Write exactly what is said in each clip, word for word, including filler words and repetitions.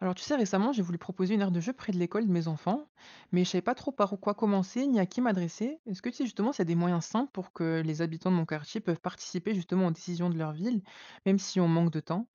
Alors tu sais, récemment, j'ai voulu proposer une aire de jeu près de l'école de mes enfants, mais je savais pas trop par quoi commencer ni à qui m'adresser. Est-ce que tu sais justement s'il y a des moyens simples pour que les habitants de mon quartier peuvent participer justement aux décisions de leur ville, même si on manque de temps?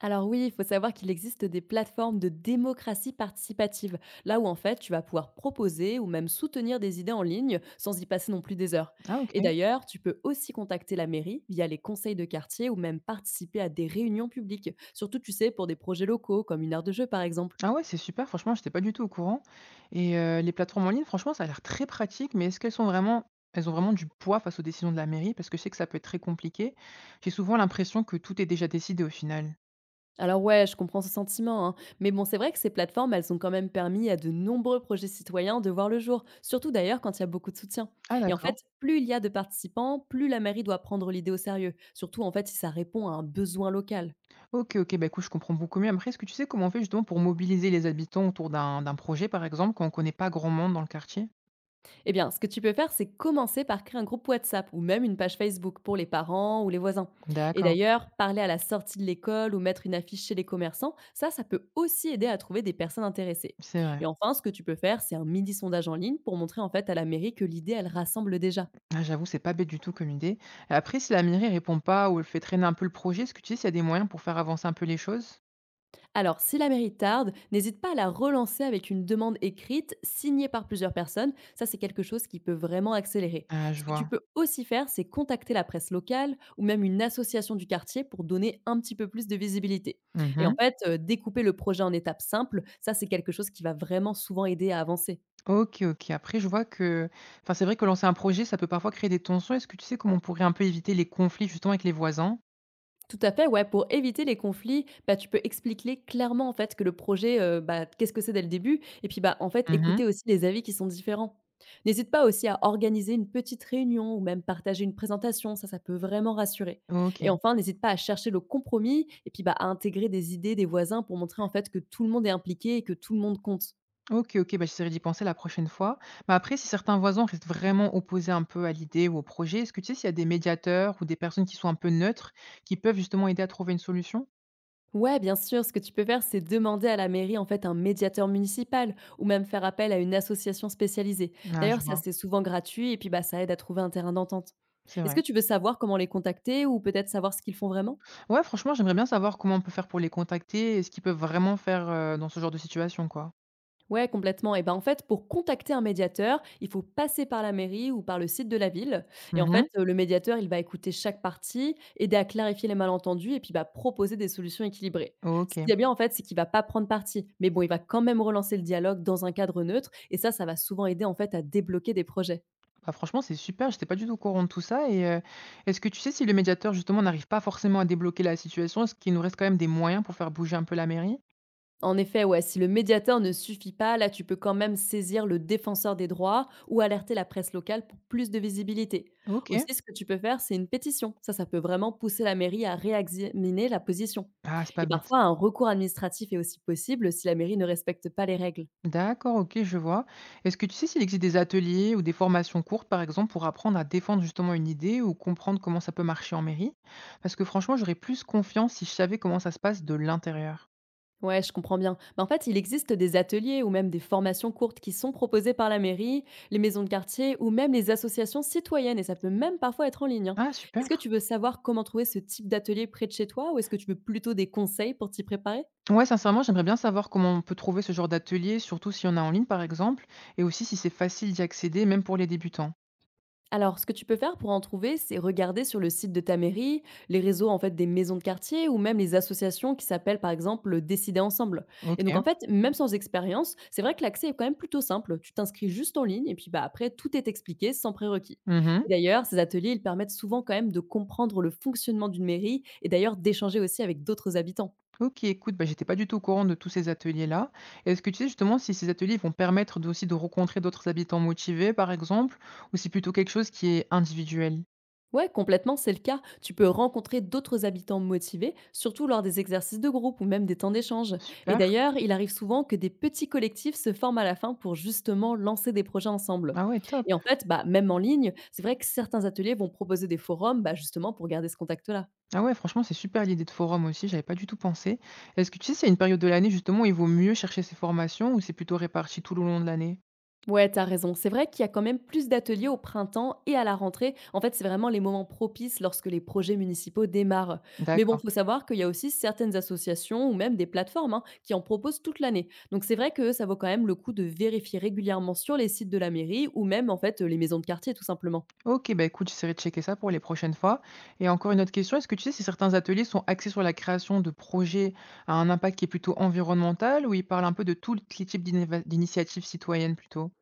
Alors oui, il faut savoir qu'il existe des plateformes de démocratie participative, là où en fait tu vas pouvoir proposer ou même soutenir des idées en ligne sans y passer non plus des heures. Ah Et ok. d'ailleurs, tu peux aussi contacter la mairie via les conseils de quartier ou même participer à des réunions publiques, surtout tu sais pour des projets locaux comme une aire de jeu par exemple. Ah ouais, c'est super, franchement, j'étais pas du tout au courant. Et euh, les plateformes en ligne, franchement, ça a l'air très pratique, mais est-ce qu'elles sont vraiment elles ont vraiment du poids face aux décisions de la mairie? Parce que je sais que ça peut être très compliqué. J'ai souvent l'impression que tout est déjà décidé au final. Alors ouais, je comprends ce sentiment, hein. Mais bon, c'est vrai que ces plateformes, elles ont quand même permis à de nombreux projets citoyens de voir le jour, surtout d'ailleurs quand il y a beaucoup de soutien. Ah Et en fait, d'accord. plus il y a de participants, plus la mairie doit prendre l'idée au sérieux, surtout en fait si ça répond à un besoin local. OK, OK, bah, écoute, je comprends beaucoup mieux. Après, est-ce que tu sais comment on fait justement pour mobiliser les habitants autour d'un d'un projet, par exemple, quand on connaît pas grand monde dans le quartier? Eh bien, ce que tu peux faire, c'est commencer par créer un groupe WhatsApp ou même une page Facebook pour les parents ou les voisins. Et D'accord, d'ailleurs, parler à la sortie de l'école ou mettre une affiche chez les commerçants, ça, ça peut aussi aider à trouver des personnes intéressées. c'est vrai. Et enfin, ce que tu peux faire, c'est un mini sondage en ligne pour montrer en fait à la mairie que l'idée, elle rassemble déjà. Ah, j'avoue, c'est pas bête du tout comme idée. Après, si la mairie répond pas ou elle fait traîner un peu le projet, est-ce que tu sais s'il y a des moyens pour faire avancer un peu les choses? Alors, si la mairie tarde, n'hésite pas à la relancer avec une demande écrite signée par plusieurs personnes. Ça, c'est quelque chose qui peut vraiment accélérer. Ah, je Ce que tu vois. peux aussi faire, c'est contacter la presse locale ou même une association du quartier pour donner un petit peu plus de visibilité. Et en Mhm. fait, euh, découper le projet en étapes simples, ça, c'est quelque chose qui va vraiment souvent aider à avancer. Ok, ok. Après, je vois que, enfin, c'est vrai que lancer un projet, ça peut parfois créer des tensions. Est-ce que tu sais comment on pourrait un peu éviter les conflits justement avec les voisins? Tout à fait, ouais. Pour éviter les conflits, bah, tu peux expliquer clairement en fait que le projet, heu, bah, qu'est-ce que c'est dès le début et puis, bah, en fait, écouter Mhm. aussi les avis qui sont différents. N'hésite pas aussi à organiser une petite réunion ou même partager une présentation, ça, ça peut vraiment rassurer. Et Ok. enfin, n'hésite pas à chercher le compromis et puis, bah, à intégrer des idées des voisins pour montrer en fait que tout le monde est impliqué et que tout le monde compte. OK, OK, bah, j'essaierai d'y penser la prochaine fois. Mais après, si certains voisins restent vraiment opposés un peu à l'idée ou au projet, est-ce que tu sais s'il y a des médiateurs ou des personnes qui sont un peu neutres, qui peuvent justement aider à trouver une solution? Ouais, bien sûr, ce que tu peux faire, c'est demander à la mairie en fait un médiateur municipal ou même faire appel à une association spécialisée. Ah, je D'ailleurs, ça vois, c'est souvent gratuit et puis bah ça aide à trouver un terrain d'entente. c'est Est-ce que vrai. tu veux savoir comment les contacter ou peut-être savoir ce qu'ils font vraiment? Ouais, franchement, j'aimerais bien savoir comment on peut faire pour les contacter et ce qu'ils peuvent vraiment faire, heu, dans ce genre de situation, quoi. Ouais, complètement. Et ben en fait, pour contacter un médiateur, il faut passer par la mairie ou par le site de la ville. Et en fait, Mhm. euh, le médiateur, il va écouter chaque partie, aider à clarifier les malentendus et puis va proposer des solutions équilibrées. Ce OK. qu'il y a bien en fait, c'est qu'il va pas prendre parti, mais bon, il va quand même relancer le dialogue dans un cadre neutre. Et ça, ça va souvent aider en fait à débloquer des projets. Bah, franchement, c'est super, j'étais pas du tout au courant de tout ça et heu, est-ce que tu sais si le médiateur justement n'arrive pas forcément à débloquer la situation, est-ce qu'il nous reste quand même des moyens pour faire bouger un peu la mairie? En effet, ouais, si le médiateur ne suffit pas, là, tu peux quand même saisir le défenseur des droits ou alerter la presse locale pour plus de visibilité. OK. Aussi, ce que tu peux faire, c'est une pétition. Ça, ça peut vraiment pousser la mairie à réexaminer la position. Ah, c'est pas Et bête. parfois, un recours administratif est aussi possible si la mairie ne respecte pas les règles. D'accord, OK, je vois. Est-ce que tu sais s'il existe des ateliers ou des formations courtes, par exemple, pour apprendre à défendre justement une idée ou comprendre comment ça peut marcher en mairie? Parce que franchement, j'aurais plus confiance si je savais comment ça se passe de l'intérieur. Ouais, je comprends bien. Mais en fait, il existe des ateliers ou même des formations courtes qui sont proposées par la mairie, les maisons de quartier ou même les associations citoyennes, et ça peut même parfois être en ligne, hein. Ah, Est-ce super. que tu veux savoir comment trouver ce type d'atelier près de chez toi ou est-ce que tu veux plutôt des conseils pour t'y préparer? Ouais, sincèrement, j'aimerais bien savoir comment on peut trouver ce genre d'atelier, surtout si on a en ligne, par exemple, et aussi si c'est facile d'y accéder, même pour les débutants. Alors, ce que tu peux faire pour en trouver, c'est regarder sur le site de ta mairie, les réseaux en fait des maisons de quartier ou même les associations qui s'appellent par exemple Décider ensemble. Et donc en Ok. fait, même sans expérience, c'est vrai que l'accès est quand même plutôt simple. Tu t'inscris juste en ligne et puis bah après tout est expliqué sans prérequis. Et Mhm. d'ailleurs, ces ateliers, ils permettent souvent quand même de comprendre le fonctionnement d'une mairie et d'ailleurs d'échanger aussi avec d'autres habitants. OK, écoute, bah, j'étais pas du tout au courant de tous ces ateliers-là. Est-ce que tu sais justement si ces ateliers vont permettre de aussi de rencontrer d'autres habitants motivés, par exemple, ou c'est plutôt quelque chose qui est individuel? Ouais, complètement, c'est le cas. Tu peux rencontrer d'autres habitants motivés, surtout lors des exercices de groupe ou même des temps d'échange. Et Super. d'ailleurs, il arrive souvent que des petits collectifs se forment à la fin pour justement lancer des projets ensemble. Ah ouais, top. Et en fait, bah, même en ligne, c'est vrai que certains ateliers vont proposer des forums bah, justement pour garder ce contact-là. Ah ouais, franchement, c'est super l'idée de forum aussi, j'avais pas du tout pensé. Est-ce que tu sais s'il y a une période de l'année justement où il vaut mieux chercher ces formations ou c'est plutôt réparti tout le long de l'année? Ouais, t'as raison. C'est vrai qu'il y a quand même plus d'ateliers au printemps et à la rentrée. En fait, c'est vraiment les moments propices lorsque les projets municipaux démarrent. Mais bon, D'accord. faut savoir qu'il y a aussi certaines associations ou même des plateformes hein, qui en proposent toute l'année. Donc c'est vrai que ça vaut quand même le coup de vérifier régulièrement sur les sites de la mairie ou même en fait les maisons de quartier tout simplement. Ok, bah écoute, j'essaierai de checker ça pour les prochaines fois. Et encore une autre question, est-ce que tu sais si certains ateliers sont axés sur la création de projets à un impact qui est plutôt environnemental ou ils parlent un peu de tous les types d'inéva- d'initiatives citoyennes plutôt?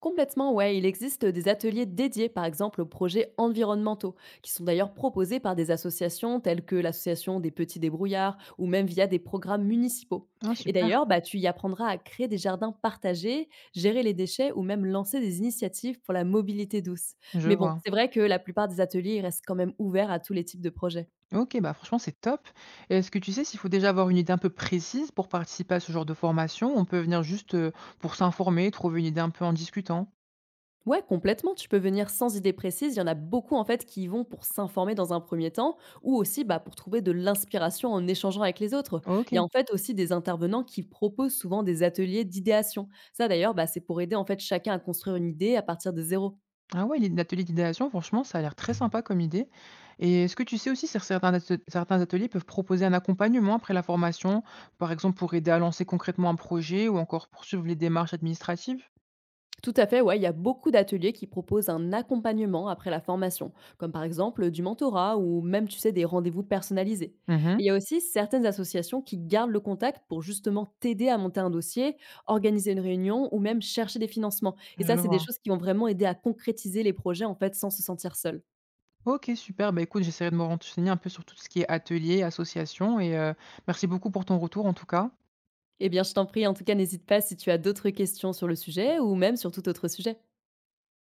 Complètement, ouais. Il existe des ateliers dédiés, par exemple, aux projets environnementaux, qui sont d'ailleurs proposés par des associations telles que l'association des petits débrouillards ou même via des programmes municipaux. Ah, Et super, d'ailleurs, bah, tu y apprendras à créer des jardins partagés, gérer les déchets ou même lancer des initiatives pour la mobilité douce. je Mais bon, vois. c'est vrai que la plupart des ateliers ils restent quand même ouverts à tous les types de projets. Ok, bah franchement, c'est top. Et est-ce que tu sais s'il faut déjà avoir une idée un peu précise pour participer à ce genre de formation? Ou on peut venir juste euh, pour s'informer, trouver une idée un peu en discutant. Ouais, complètement. Tu peux venir sans idée précise. Il y en a beaucoup en fait qui y vont pour s'informer dans un premier temps ou aussi bah, pour trouver de l'inspiration en échangeant avec les autres. Ok. Il y a en fait aussi des intervenants qui proposent souvent des ateliers d'idéation. Ça d'ailleurs, bah, c'est pour aider en fait chacun à construire une idée à partir de zéro. Ah ouais, les ateliers d'idéation, franchement, ça a l'air très sympa comme idée. Et est-ce que tu sais aussi si certains, ate- certains ateliers peuvent proposer un accompagnement après la formation, par exemple pour aider à lancer concrètement un projet ou encore poursuivre les démarches administratives? Tout à fait, ouais, il y a beaucoup d'ateliers qui proposent un accompagnement après la formation, comme par exemple du mentorat ou même, tu sais, des rendez-vous personnalisés. Mhm, Et il y a aussi certaines associations qui gardent le contact pour justement t'aider à monter un dossier, organiser une réunion ou même chercher des financements. Et je ça, c'est des vois. choses qui vont vraiment aider à concrétiser les projets en fait sans se sentir seul. Ok, super. Bah écoute, j'essaierai de me renseigner un peu sur tout ce qui est atelier, association et euh, merci beaucoup pour ton retour en tout cas. Eh bien, je t'en prie, en tout cas, n'hésite pas si tu as d'autres questions sur le sujet ou même sur tout autre sujet.